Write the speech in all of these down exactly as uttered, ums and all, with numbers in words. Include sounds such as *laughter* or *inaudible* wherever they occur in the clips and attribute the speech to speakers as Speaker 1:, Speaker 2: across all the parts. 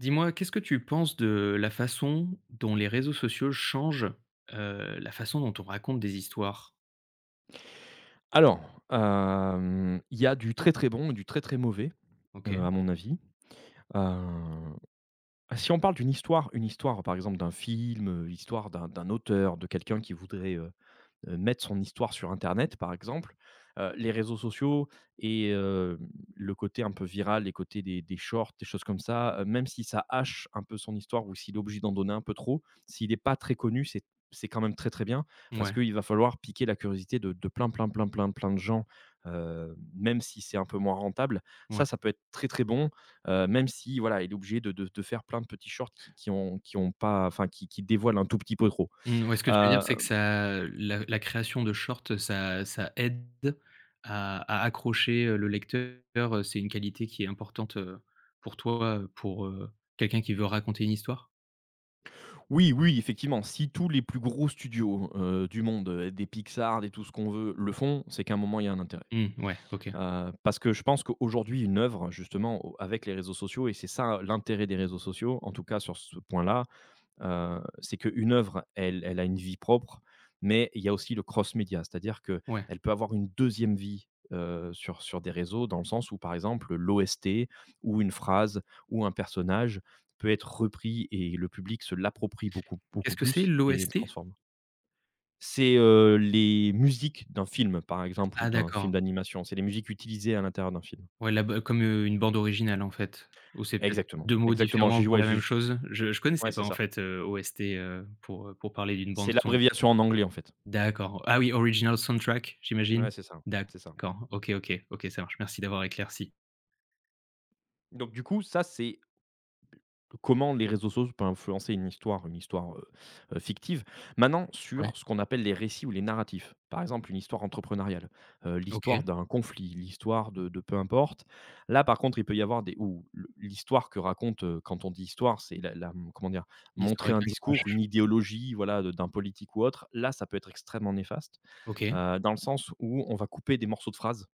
Speaker 1: Dis-moi, qu'est-ce que tu penses de la façon dont les réseaux sociaux changent, heu, la façon dont on raconte des histoires?
Speaker 2: Alors, hem, il y a du très, très bon et du très, très mauvais, heu,
Speaker 1: OK.
Speaker 2: à mon avis. Heu, si on parle d'une histoire une histoire, par exemple, d'un film, heu, l'histoire d'un d'un auteur, de quelqu'un qui voudrait, heu, mettre son histoire sur internet, par exemple, heu, les réseaux sociaux et heu, le côté un peu viral, les côtés des des shorts, des choses comme ça, heu, même si ça hache un peu son histoire ou s'il est obligé d'en donner un peu trop, s'il n'est pas très connu, c'est c'est quand même très, très bien parce
Speaker 1: Ouais,
Speaker 2: qu'il va falloir piquer la curiosité de de plein, plein, plein, plein, plein de gens, heu, même si c'est un peu moins rentable. Ça, ça
Speaker 1: ouais.
Speaker 2: peut être très, très bon, heu, même si, voilà, il est obligé de de de faire plein de petits shorts qui qui ont qui ont pas enfin qui qui dévoilent un tout petit peu trop,
Speaker 1: Mmh, ouais, ce que tu veux dire,
Speaker 2: heu
Speaker 1: c'est que ça la la création de shorts, ça ça aide à à accrocher, heu, le lecteur, heu, c'est une qualité qui est importante, heu, pour toi, heu, pour, heu, quelqu'un qui veut raconter une histoire?
Speaker 2: Oui, oui, effectivement, si tous les plus gros studios, heu, du monde, heu, des Pixar, des tout ce qu'on veut, le font, c'est qu'à un moment, il y a un intérêt.
Speaker 1: Mmh, ouais, OK.
Speaker 2: Heu, parce que je pense qu'aujourd'hui, une œuvre justement, au avec les réseaux sociaux et c'est ça l'intérêt des réseaux sociaux, en tout cas sur ce point-là, Heu, c'est qu'une œuvre, elle elle a une vie propre, mais il y a aussi le cross média, c'est-à-dire
Speaker 1: Ouais.
Speaker 2: qu'elle peut avoir une deuxième vie, heu, sur sur des réseaux, dans le sens où, par exemple, l'O S T ou une phrase ou un personnage peut être repris et le public se l'approprie beaucoup
Speaker 1: Qu'est-ce
Speaker 2: beaucoup
Speaker 1: que c'est
Speaker 2: plus et le
Speaker 1: l'O S T?
Speaker 2: transforme. C'est, heu, les musiques d'un film, par exemple, ou
Speaker 1: Ah
Speaker 2: d'un
Speaker 1: d'accord.
Speaker 2: film d'animation. C'est les musiques utilisées à l'intérieur d'un film.
Speaker 1: Ouais, la ba comme, heu, une bande originale, en fait, ou c'est peut-être
Speaker 2: Exactement,
Speaker 1: deux mots
Speaker 2: exactement.
Speaker 1: différents
Speaker 2: J'ai
Speaker 1: pour
Speaker 2: ouais,
Speaker 1: la même
Speaker 2: j'ai
Speaker 1: chose? Je je connaissais
Speaker 2: ouais,
Speaker 1: pas,
Speaker 2: c'est
Speaker 1: en
Speaker 2: ça.
Speaker 1: fait, heu, O S T, heu, pour, heu, pour parler d'une bande
Speaker 2: C'est
Speaker 1: son.
Speaker 2: l'abréviation en anglais, en fait.
Speaker 1: D'accord. Ah oui, original soundtrack,
Speaker 2: Ouais,
Speaker 1: j'imagine?
Speaker 2: c'est ça, c'est ça.
Speaker 1: D'accord. OK, OK, OK, ça marche. Merci d'avoir éclairci.
Speaker 2: Donc du coup, ça, c'est comment les réseaux sociaux peuvent influencer une histoire, une histoire, heu heu, fictive. Maintenant
Speaker 1: Ouais,
Speaker 2: sur ce qu'on appelle les récits ou les narratifs. Par exemple, une histoire entrepreneuriale, heu,
Speaker 1: OK.
Speaker 2: l'histoire d'un conflit, l'histoire de de peu importe. Là, par contre, il peut y avoir des ou le l'histoire que raconte, heu, quand on dit histoire, c'est la la, mmh, comment dire?
Speaker 1: L'histoire
Speaker 2: Montrer un
Speaker 1: avec un grand
Speaker 2: discours,
Speaker 1: H.
Speaker 2: une idéologie, voilà, de d'un politique ou autre. Là, ça peut être extrêmement néfaste,
Speaker 1: OK,
Speaker 2: heu, dans le sens où on va couper des morceaux de phrases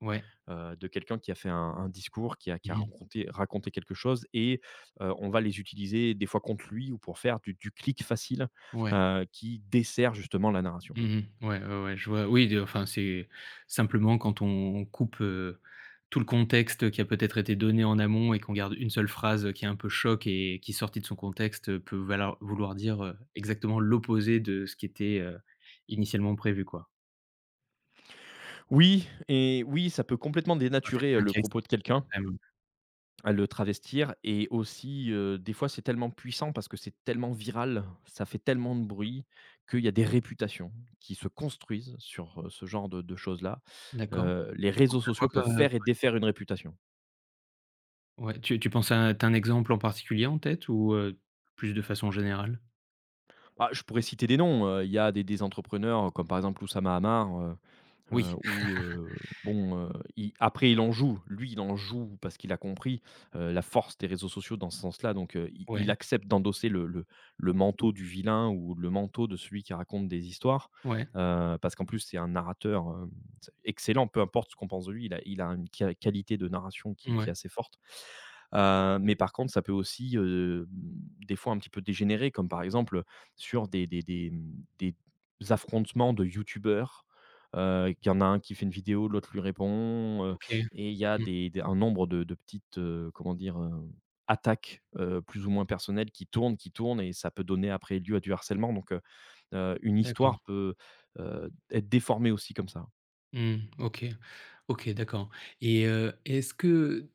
Speaker 1: ouais.
Speaker 2: euh, de quelqu'un qui a fait un, un discours, qui a, qui
Speaker 1: Mmh
Speaker 2: a
Speaker 1: mh.
Speaker 2: raconté, raconté quelque chose, et euh, on va les utiliser des fois contre lui ou pour faire du, du clic facile
Speaker 1: Ouais.
Speaker 2: euh, qui dessert justement la narration.
Speaker 1: Mmh. Ouais, ouais, ouais, je vois. Oui, de enfin, c'est simplement quand on coupe, heu, tout le contexte qui a peut-être été donné en amont et qu'on garde une seule phrase, qui est un peu choc et qui, sortie de son contexte, heu, peut valoir vouloir dire, heu, exactement l'opposé de ce qui était, heu, initialement prévu, quoi.
Speaker 2: Oui, et oui, ça peut complètement
Speaker 1: Enfin,
Speaker 2: dénaturer
Speaker 1: c'est
Speaker 2: euh,
Speaker 1: un
Speaker 2: le
Speaker 1: cas
Speaker 2: propos de quelqu'un
Speaker 1: extrême.
Speaker 2: à le travestir et aussi euh, des fois c'est tellement puissant parce que c'est tellement viral, ça fait tellement de bruit qu'il y a des réputations qui se construisent sur euh, ce genre de, de choses-là.
Speaker 1: D'accord.
Speaker 2: Euh, les
Speaker 1: Tu penses
Speaker 2: réseaux
Speaker 1: à quoi
Speaker 2: sociaux
Speaker 1: que
Speaker 2: peuvent faire et défaire une réputation.
Speaker 1: ouais, tu tu penses à tu un exemple en particulier en tête ou, heu, plus de façon générale?
Speaker 2: Bah, je pourrais citer des noms, heu, il y a des des entrepreneurs euh, comme par exemple Oussama Hamar. Heu,
Speaker 1: Oui,
Speaker 2: Heu, où, heu, bon, heu, il après il en joue. Lui, il en joue parce qu'il a compris, heu, la force des réseaux sociaux dans ce sens-là, donc heu, il
Speaker 1: ouais,
Speaker 2: il accepte d'endosser le le le manteau du vilain ou le manteau de celui qui raconte des histoires,
Speaker 1: ouais,
Speaker 2: heu, parce qu'en plus c'est un narrateur, hem, c'est excellent, peu importe ce qu'on pense de lui, il a il a une qua qualité de narration qui qui
Speaker 1: ouais,
Speaker 2: est assez forte. Heu, mais par contre, ça peut aussi, hem, des fois un petit peu dégénérer, comme par exemple, sur des des des, mmh, des affrontements de youtubeurs. Heu, qu'il y en a un qui fait une vidéo, l'autre lui répond, heu
Speaker 1: OK.
Speaker 2: et il y a
Speaker 1: Mmh.
Speaker 2: des des un nombre de de petites, heu, comment dire? Hem, attaques, heu, plus ou moins personnelles qui tournent, qui tournent et ça peut donner après lieu à du harcèlement, donc heu heu, une
Speaker 1: D'accord.
Speaker 2: histoire peut, heu, être déformée aussi comme ça.
Speaker 1: Mmh. OK. OK, d'accord et heu, est-ce que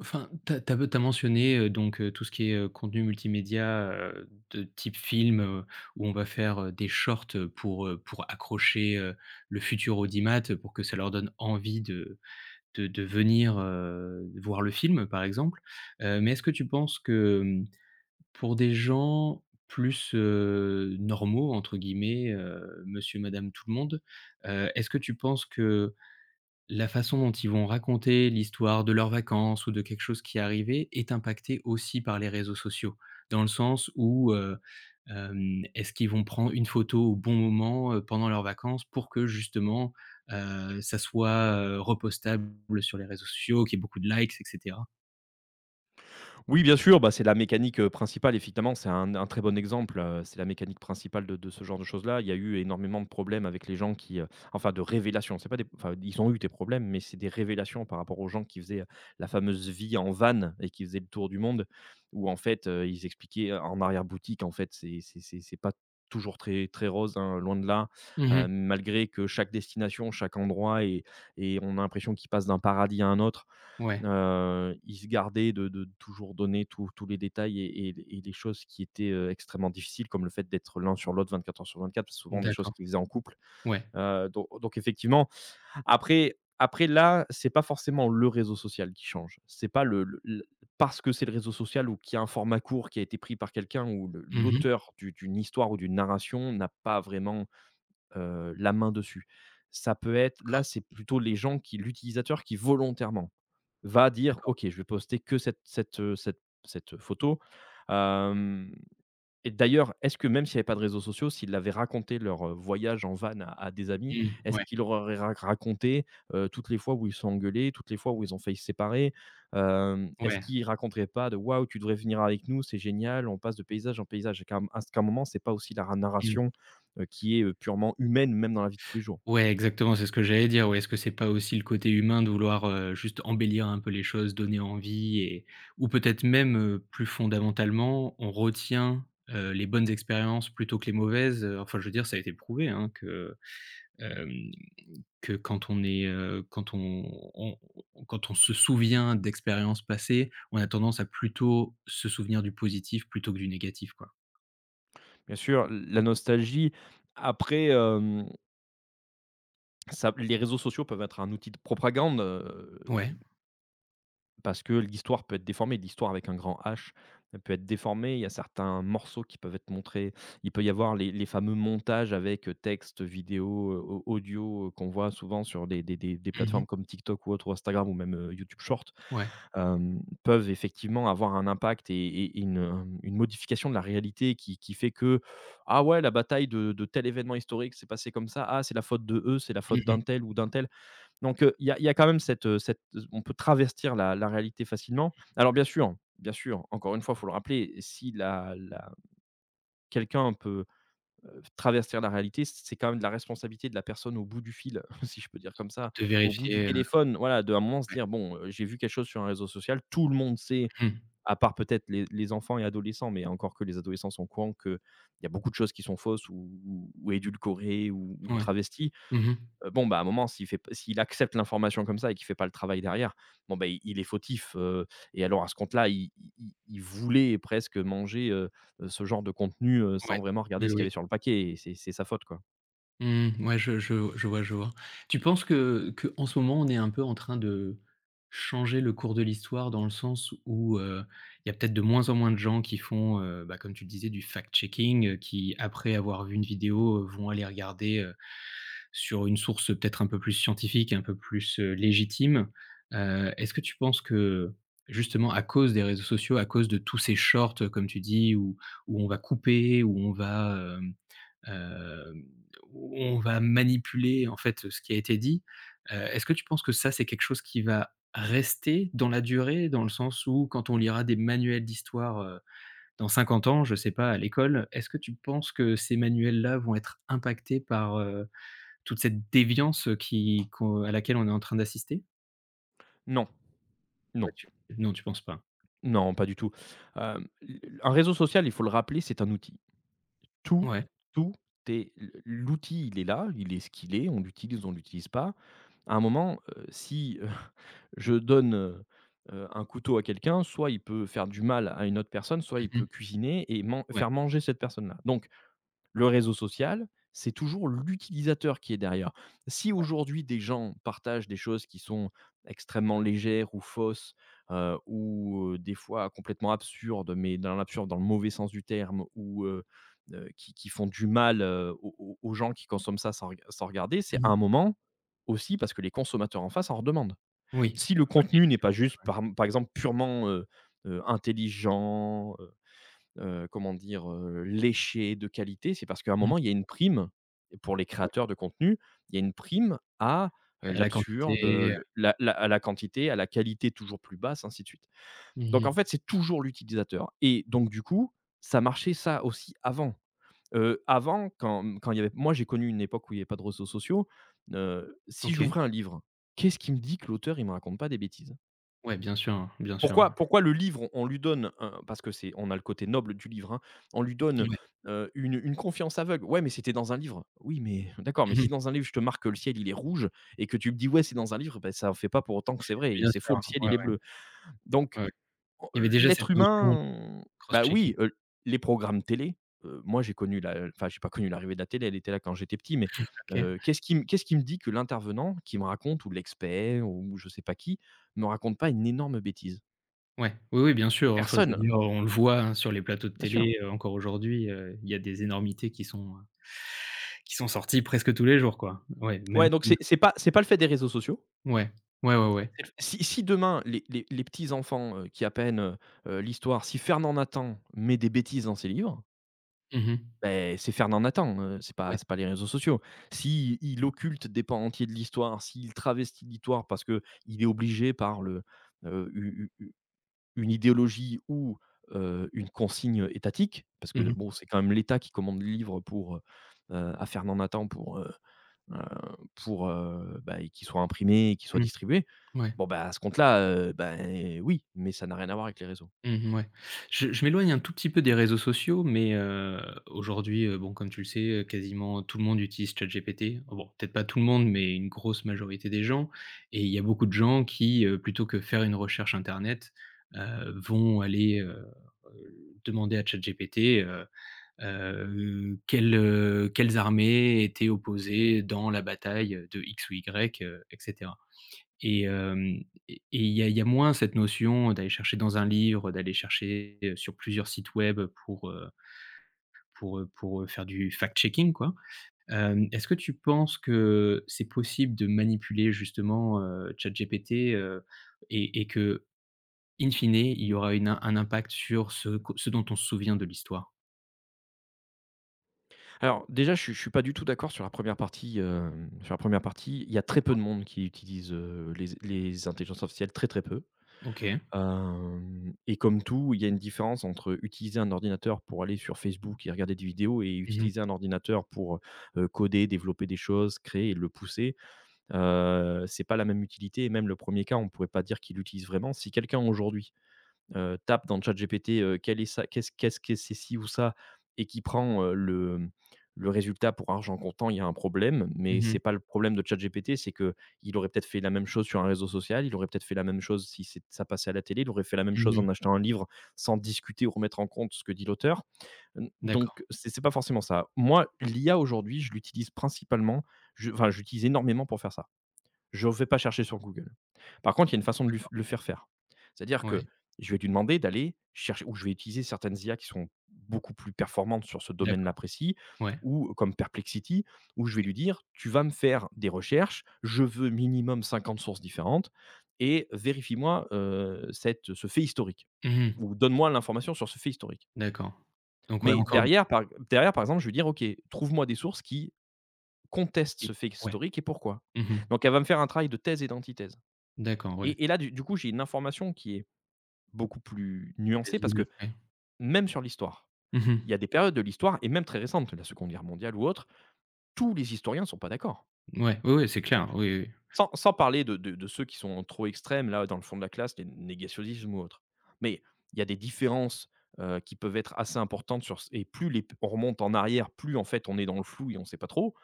Speaker 1: enfin, t'as as tu mentionné, heu, donc heu, tout ce qui est, heu, contenu multimédia, heu, de type film, heu, où on va faire, heu, des shorts, heu, pour, heu, pour accrocher, heu, le futur audimat, heu, pour que ça leur donne envie de de de venir, heu, voir le film, par exemple. Heu, mais est-ce que tu penses que, hem, pour des gens plus, heu, «normaux» entre guillemets, heu, monsieur, madame, tout le monde, heu, est-ce que tu penses que, la façon dont ils vont raconter l'histoire de leurs vacances ou de quelque chose qui est arrivé est impactée aussi par les réseaux sociaux. Dans le sens où, heu, hem, est-ce qu'ils vont prendre une photo au bon moment, heu, pendant leurs vacances pour que justement, heu, ça soit, heu, repostable sur les réseaux sociaux, qu'il y ait beaucoup de likes et cetera?
Speaker 2: Oui, bien sûr, bah, c'est la mécanique, heu, principale effectivement, c'est un un très bon exemple, heu, c'est la mécanique principale de de ce genre de choses-là. Il y a eu énormément de problèmes avec les gens qui, heu, enfin de révélations, c'est pas des enfin ils ont eu des problèmes, mais c'est des révélations par rapport aux gens qui faisaient, heu, la fameuse vie en van et qui faisaient le tour du monde où en fait, heu, ils expliquaient euh, en arrière-boutique, en fait, c'est c'est c'est c'est pas toujours très très rose, hein, loin de là. Heu,
Speaker 1: Mmh.
Speaker 2: malgré que chaque destination, chaque endroit et et on a l'impression qu'ils passent d'un paradis à un autre.
Speaker 1: Ouais,
Speaker 2: Heu, il se gardait de de toujours donner tous tous les détails et et et les choses qui étaient, heu, extrêmement difficiles, comme le fait d'être l'un sur l'autre vingt-quatre heures sur vingt-quatre, souvent des choses
Speaker 1: d'accord.
Speaker 2: qu'ils faisaient en couple.
Speaker 1: Ouais.
Speaker 2: Heu, don donc effectivement, après après là, c'est pas forcément le réseau social qui change. C'est pas le le l parce que c'est le réseau social ou qu'il y a un format court qui a été pris par quelqu'un ou le
Speaker 1: Mmh.
Speaker 2: l'auteur du d'une histoire ou d'une narration n'a pas vraiment heu, la main dessus. Ça peut être là,
Speaker 1: D'accord,
Speaker 2: c'est plutôt les gens qui l'utilisateur qui volontairement va dire:
Speaker 1: d'accord.
Speaker 2: «OK, je vais poster que cette cette, heu, cette cette photo». Et d'ailleurs, est-ce que même s'il n'y avait pas de réseaux sociaux, s'ils avaient raconté leur, heu, voyage en van à à des amis,
Speaker 1: Mmh,
Speaker 2: est-ce
Speaker 1: ouais,
Speaker 2: qu'ils leur auraient ra raconté, heu, toutes les fois où ils se sont engueulés, toutes les fois où ils ont failli se séparer? Hem, est-ce
Speaker 1: ouais.
Speaker 2: qu'ils raconteraient pas de: «Waouh, tu devrais venir avec nous, c'est génial, on passe de paysage en paysage» et un à un moment, c'est pas aussi la ra
Speaker 1: Mmh.
Speaker 2: narration, heu, qui est, heu, purement humaine, même dans la vie de tous les jours.
Speaker 1: Ouais, exactement, c'est ce que j'allais dire. Ouais, est-ce que c'est pas aussi le côté humain de vouloir, heu, juste embellir un peu les choses, donner envie et ou peut-être même, heu, plus fondamentalement, on retient, heu, les bonnes expériences plutôt que les mauvaises, heu, enfin, je veux dire, ça a été prouvé, hein, que, hem, que quand on est, heu, quand on on quand on se souvient d'expériences passées, on a tendance à plutôt se souvenir du positif plutôt que du négatif, quoi.
Speaker 2: Bien sûr, la nostalgie après, hem, ça, les réseaux sociaux peuvent être un outil de propagande, heu
Speaker 1: Ouais.
Speaker 2: parce que l'histoire peut être déformée, l'histoire avec un grand H, elle peut être déformée. Il y a certains morceaux qui peuvent être montrés. Il peut y avoir les les fameux montages avec, heu, texte, vidéo, heu, au audio, heu, qu'on voit souvent sur des des des des
Speaker 1: Mmh.
Speaker 2: plateformes comme TikTok ou autre ou Instagram ou même, heu, YouTube Short,
Speaker 1: Ouais.
Speaker 2: hem, peuvent effectivement avoir un impact et et et une, hem, une modification de la réalité qui qui fait que: «Ah ouais, la bataille de de tel événement historique s'est passée comme ça. Ah, c'est la faute de eux, c'est la faute
Speaker 1: Mmh.
Speaker 2: d'un tel ou d'un tel». Donc, heu, il y a il y a quand même cette, cette on peut travestir la la réalité facilement. Alors bien sûr, bien sûr, encore une fois, il faut le rappeler, si la la quelqu'un peut, heu, travestir la réalité, c'est quand même de la responsabilité de la personne au bout du fil, *laughs* si je peux dire comme ça,
Speaker 1: De
Speaker 2: au bout du
Speaker 1: vérifier, heu,
Speaker 2: téléphone, voilà, de un moment se
Speaker 1: ouais.
Speaker 2: dire: «Bon, heu, j'ai vu quelque chose sur un réseau social», tout le monde sait,
Speaker 1: Mmh.
Speaker 2: à part peut-être les les enfants et adolescents, mais encore que les adolescents sont au courant qu'il y a beaucoup de choses qui sont fausses ou ou ou édulcorées ou ou
Speaker 1: Ouais.
Speaker 2: travesties.
Speaker 1: Mmh.
Speaker 2: Heu, bon, bah, à un moment, s'il fait p s'il accepte l'information comme ça et qu'il fait pas le travail derrière, bon, bah, i il est fautif, heu et alors à ce compte-là, i i il voulait presque manger, heu heu, ce genre de contenu, heu,
Speaker 1: Ouais.
Speaker 2: sans vraiment regarder
Speaker 1: Oui,
Speaker 2: ce qu'il y
Speaker 1: oui.
Speaker 2: avait sur le paquet et c'est c'est sa faute, quoi.
Speaker 1: Mmh, ouais, je je je vois, je vois. Tu penses que que en ce moment, on est un peu en train de changer le cours de l'histoire dans le sens où, heu, il y a peut-être de moins en moins de gens qui font, heu, bah, comme tu le disais, du fact-checking, heu, qui après avoir vu une vidéo, heu, vont aller regarder, heu, sur une source peut-être un peu plus scientifique, un peu plus, heu, légitime. Heu, est-ce que tu penses que, justement, à cause des réseaux sociaux, à cause de tous ces shorts, comme tu dis, où où on va couper, où on va, euh, Hem, on va manipuler en fait, ce qui a été dit. Heu, est-ce que tu penses que ça, c'est quelque chose qui va rester dans la durée? Dans le sens où quand on lira des manuels d'histoire, heu, dans cinquante ans, je sais pas, à l'école, est-ce que tu penses que ces manuels-là vont être impactés par, heu, toute cette déviance, qui qu'on à laquelle on est en train d'assister?
Speaker 2: Non,
Speaker 1: Ouais,
Speaker 2: non,
Speaker 1: tu non, tu penses pas?
Speaker 2: non, pas du tout. Hem, l Un réseau social, il faut le rappeler, c'est un outil. tout,
Speaker 1: Ouais.
Speaker 2: tout est l'outil, il est là, il est ce qu'il est, on l'utilise, on l'utilise pas. À un moment, heu, si, heu, *laughs* je donne, heu heu, un couteau à quelqu'un, soit il peut faire du mal à une autre personne, soit il peut
Speaker 1: Mmh.
Speaker 2: cuisiner et man
Speaker 1: Ouais.
Speaker 2: faire manger cette personne-là. Donc le réseau social, c'est toujours l'utilisateur qui est derrière. Si
Speaker 1: Ouais.
Speaker 2: aujourd'hui des gens partagent des choses qui sont extrêmement légères ou fausses, heu, ou, heu, des fois complètement absurdes, mais dans l'absurde, dans le mauvais sens du terme ou, heu heu, qui qui font du mal, heu, aux aux aux gens qui consomment ça sans reg sans regarder, c'est à
Speaker 1: Mmh.
Speaker 2: un moment aussi parce que les consommateurs en face en redemandent.
Speaker 1: Oui.
Speaker 2: Si le
Speaker 1: Ouais,
Speaker 2: contenu n'est pas juste par par exemple purement, heu heu, intelligent, heu, comment dire? Heu, léché, de qualité, c'est parce qu'à un
Speaker 1: ouais. Mmh.
Speaker 2: moment, il y a une prime pour les
Speaker 1: Ouais,
Speaker 2: créateurs de contenu, il y a une prime à heu,
Speaker 1: ouais, la
Speaker 2: l'absurde,
Speaker 1: quantité, heu.
Speaker 2: le la la à la quantité, à la qualité toujours plus basse, ainsi de suite. Donc en
Speaker 1: Mmh.
Speaker 2: fait, c'est toujours l'utilisateur et donc du coup, ça marchait ça aussi avant. Heu, avant quand, mmh, quand il y avait moi j'ai connu une époque où il y avait pas de réseaux sociaux, heu, si
Speaker 1: OK.
Speaker 2: j'ouvrais un livre, qu'est-ce qui me dit que l'auteur, il me raconte pas des bêtises?
Speaker 1: Ouais, bien sûr, hein, bien sûr.
Speaker 2: Pourquoi pourquoi le livre, on lui donne un parce que c'est on a le côté noble du livre, hein, on lui donne, heu, une une confiance aveugle. Ouais, mais c'était dans un livre. Oui, mais d'accord, mais
Speaker 1: Mmh mh.
Speaker 2: si dans un livre, je te marque que le ciel, il est rouge et que tu me dis: «Ouais, c'est dans un livre», ben ça en fait pas pour autant que c'est vrai et
Speaker 1: Bien
Speaker 2: c'est faux,
Speaker 1: sûr,
Speaker 2: le ciel,
Speaker 1: ouais,
Speaker 2: il est
Speaker 1: ouais,
Speaker 2: bleu. Donc
Speaker 1: ouais, ouais.
Speaker 2: on
Speaker 1: Il y avait déjà
Speaker 2: l'être
Speaker 1: cette notion de
Speaker 2: humain, bah,
Speaker 1: cross-checking.
Speaker 2: oui, heu, les programmes télé, heu, moi, j'ai connu la enfin, j'ai pas connu l'arrivée de la télé, elle était là quand j'étais petit, mais
Speaker 1: OK.
Speaker 2: heu, qu'est-ce qui me qu'est-ce qui me dit que l'intervenant qui me raconte ou l'expert ou je sais pas qui, me raconte pas une énorme bêtise?
Speaker 1: Ouais, oui, oui, bien sûr, enfin, je veux
Speaker 2: Personne.
Speaker 1: dire, on le voit, hein, sur les plateaux de
Speaker 2: Bien sûr.
Speaker 1: télé, heu, encore aujourd'hui, heu, il y a des énormités qui sont, heu, qui sont sorties presque tous les jours, quoi. Ouais, même
Speaker 2: Ouais, donc
Speaker 1: plus.
Speaker 2: c'est c'est pas c'est pas le fait des réseaux sociaux.
Speaker 1: Ouais, ouais, ouais, ouais.
Speaker 2: C'est le si si demain les les les petits-enfants, heu, qui apprennent, heu heu, l'histoire, si Fernand Nathan met des bêtises dans ses livres,
Speaker 1: Mmh mh.
Speaker 2: beh, c'est Fernand Nathan, heu, c'est
Speaker 1: Ouais.
Speaker 2: pas c'est pas les réseaux sociaux. Si il occulte des pans entiers de l'histoire, s'il travestit l'histoire parce que il est obligé par le, heu, u u u une idéologie ou, heu, une consigne étatique, parce que
Speaker 1: Mmh mh.
Speaker 2: bon, c'est quand même l'État qui commande le livre pour, heu à Fernand Nathan pour, heu heu, pour, heu, bah, et qu'ils soient imprimés et qu'ils soient
Speaker 1: Mmh.
Speaker 2: distribués.
Speaker 1: Ouais.
Speaker 2: Bon, bah, à ce compte-là, heu, ben, oui, mais ça n'a rien à voir avec les réseaux.
Speaker 1: Mmh, ouais. Je je m'éloigne un tout petit peu des réseaux sociaux, mais heu, aujourd'hui, heu, bon, comme tu le sais, heu, quasiment tout le monde utilise ChatGPT. Bon, peut-être pas tout le monde, mais une grosse majorité des gens et il y a beaucoup de gens qui, heu, plutôt que faire une recherche internet, heu, vont aller, heu heu, demander à ChatGPT, heu heu, quelles, heu, quelles armées étaient opposées dans la bataille, de X ou Y, heu et et hem et il y a il y a moins cette notion d'aller chercher dans un livre, d'aller chercher, heu, sur plusieurs sites web pour, heu pour, heu pour, heu, faire du fact-checking, quoi. Hem, est-ce que tu penses que c'est possible de manipuler justement, heu, ChatGPT, heu et et que, in fine, il y aura une im un impact sur ce co ce dont on se souvient de l'histoire?
Speaker 2: Alors déjà, je suis suis pas du tout d'accord sur la première partie, hem, sur la première partie. Il y a très peu de monde qui utilise, heu, les les intelligences artificielles, très, très peu.
Speaker 1: OK.
Speaker 2: Hem, et comme tout, il y a une différence entre utiliser un ordinateur pour aller sur Facebook et regarder des vidéos et
Speaker 1: Mmh mh.
Speaker 2: utiliser un ordinateur pour, heu coder, développer des choses, créer et le pousser. Heu, c'est pas la même utilité et même le premier cas, on pourrait pas dire qu'il l'utilise vraiment. Si quelqu'un aujourd'hui, heu, tape dans ChatGPT, heu, quel est ça qu'est-ce qu'est-ce que c'est ci ou ça et qui prend, heu, le, mmh, le résultat pour argent comptant, il y a un problème, mais c'est
Speaker 1: Mmh.
Speaker 2: pas le problème de ChatGPT, c'est que il aurait peut-être fait la même chose sur un réseau social, il aurait peut-être fait la même chose si c'est ça passait à la télé, il aurait fait la même chose
Speaker 1: Mmh.
Speaker 2: en achetant un livre sans discuter ou remettre en compte ce que dit l'auteur.
Speaker 1: D'accord,
Speaker 2: Donc c'est c'est pas forcément ça. Moi, l'I A aujourd'hui, je l'utilise principalement je enfin, j'utilise énormément pour faire ça, je ne vais pas chercher sur Google. Par contre, il y a une façon de lui
Speaker 1: d'accord.
Speaker 2: le faire faire. C'est-à-dire que
Speaker 1: Ouais.
Speaker 2: je vais lui demander d'aller chercher, ou je vais utiliser certaines I A qui sont beaucoup plus performantes sur ce domaine-là
Speaker 1: D'accord.
Speaker 2: précis,
Speaker 1: Ouais.
Speaker 2: ou comme Perplexity, où je
Speaker 1: OK.
Speaker 2: vais lui dire, tu vas me faire des recherches, je veux minimum cinquante sources différentes, et vérifie-moi euh, cette, ce fait historique,
Speaker 1: Mmh.
Speaker 2: ou donne-moi l'information sur ce fait historique.
Speaker 1: D'accord. Donc ouais,
Speaker 2: Mais
Speaker 1: encore une
Speaker 2: derrière par, derrière, par exemple, je vais dire, OK, trouve-moi des sources qui contestent ce fait
Speaker 1: ouais.
Speaker 2: historique et pourquoi.
Speaker 1: Mmh.
Speaker 2: Donc, elle va me faire un travail de thèse et d'antithèse.
Speaker 1: D'accord, ouais,
Speaker 2: Et et là, du du coup, j'ai une information qui est beaucoup plus
Speaker 1: c'est
Speaker 2: nuancée parce
Speaker 1: crédible,
Speaker 2: que
Speaker 1: ouais.
Speaker 2: même sur l'histoire,
Speaker 1: Mmh mh.
Speaker 2: il y a des périodes de l'histoire et même très récentes, la Seconde Guerre mondiale ou autre, tous les historiens ne sont pas d'accord.
Speaker 1: Ouais, oui, oui, c'est clair, oui, oui.
Speaker 2: Sans sans parler de de de ceux qui sont trop extrêmes là, dans le fond de la classe, les négationnismes ou autres. Mais il y a des différences, heu, qui peuvent être assez importantes sur et plus les on remonte en arrière, plus en fait on est dans le flou et on ne sait pas trop.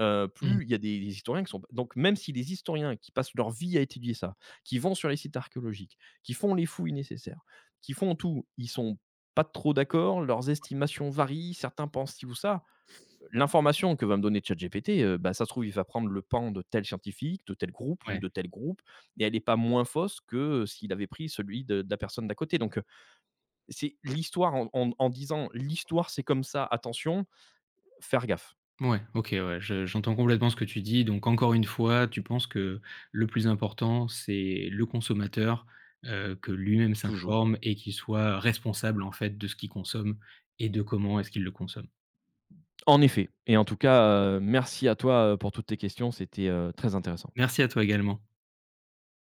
Speaker 2: heu,
Speaker 1: Mmh.
Speaker 2: Plus il y a des des historiens qui sont donc même si les historiens qui passent leur vie à étudier ça, qui vont sur les sites archéologiques, qui font les fouilles nécessaires, qui font tout, ils sont pas trop d'accord, leurs estimations varient, certains pensent ci ou ça. L'information que va me donner ChatGPT, heu, bah, ça se trouve, il va prendre le pan de tel scientifique, de tel groupe ou
Speaker 1: Ouais,
Speaker 2: de tel groupe et elle est pas moins fausse que, heu, s'il avait pris celui de de la personne d'à côté donc heu, c'est l'histoire en en en disant: «L'histoire, c'est comme ça, attention», faire gaffe,
Speaker 1: ouais, OK, ouais, je j'entends complètement ce que tu dis. Donc encore une fois, tu penses que le plus important, c'est le consommateur, heu, que lui-même
Speaker 2: toujours.
Speaker 1: s'informe et qu'il soit responsable, en fait, de ce qu'il consomme et de comment est-ce qu'il le consomme.
Speaker 2: En effet. Et en tout cas, heu, merci à toi, heu, pour toutes tes questions. C'était, heu, très intéressant.
Speaker 1: Merci à toi également.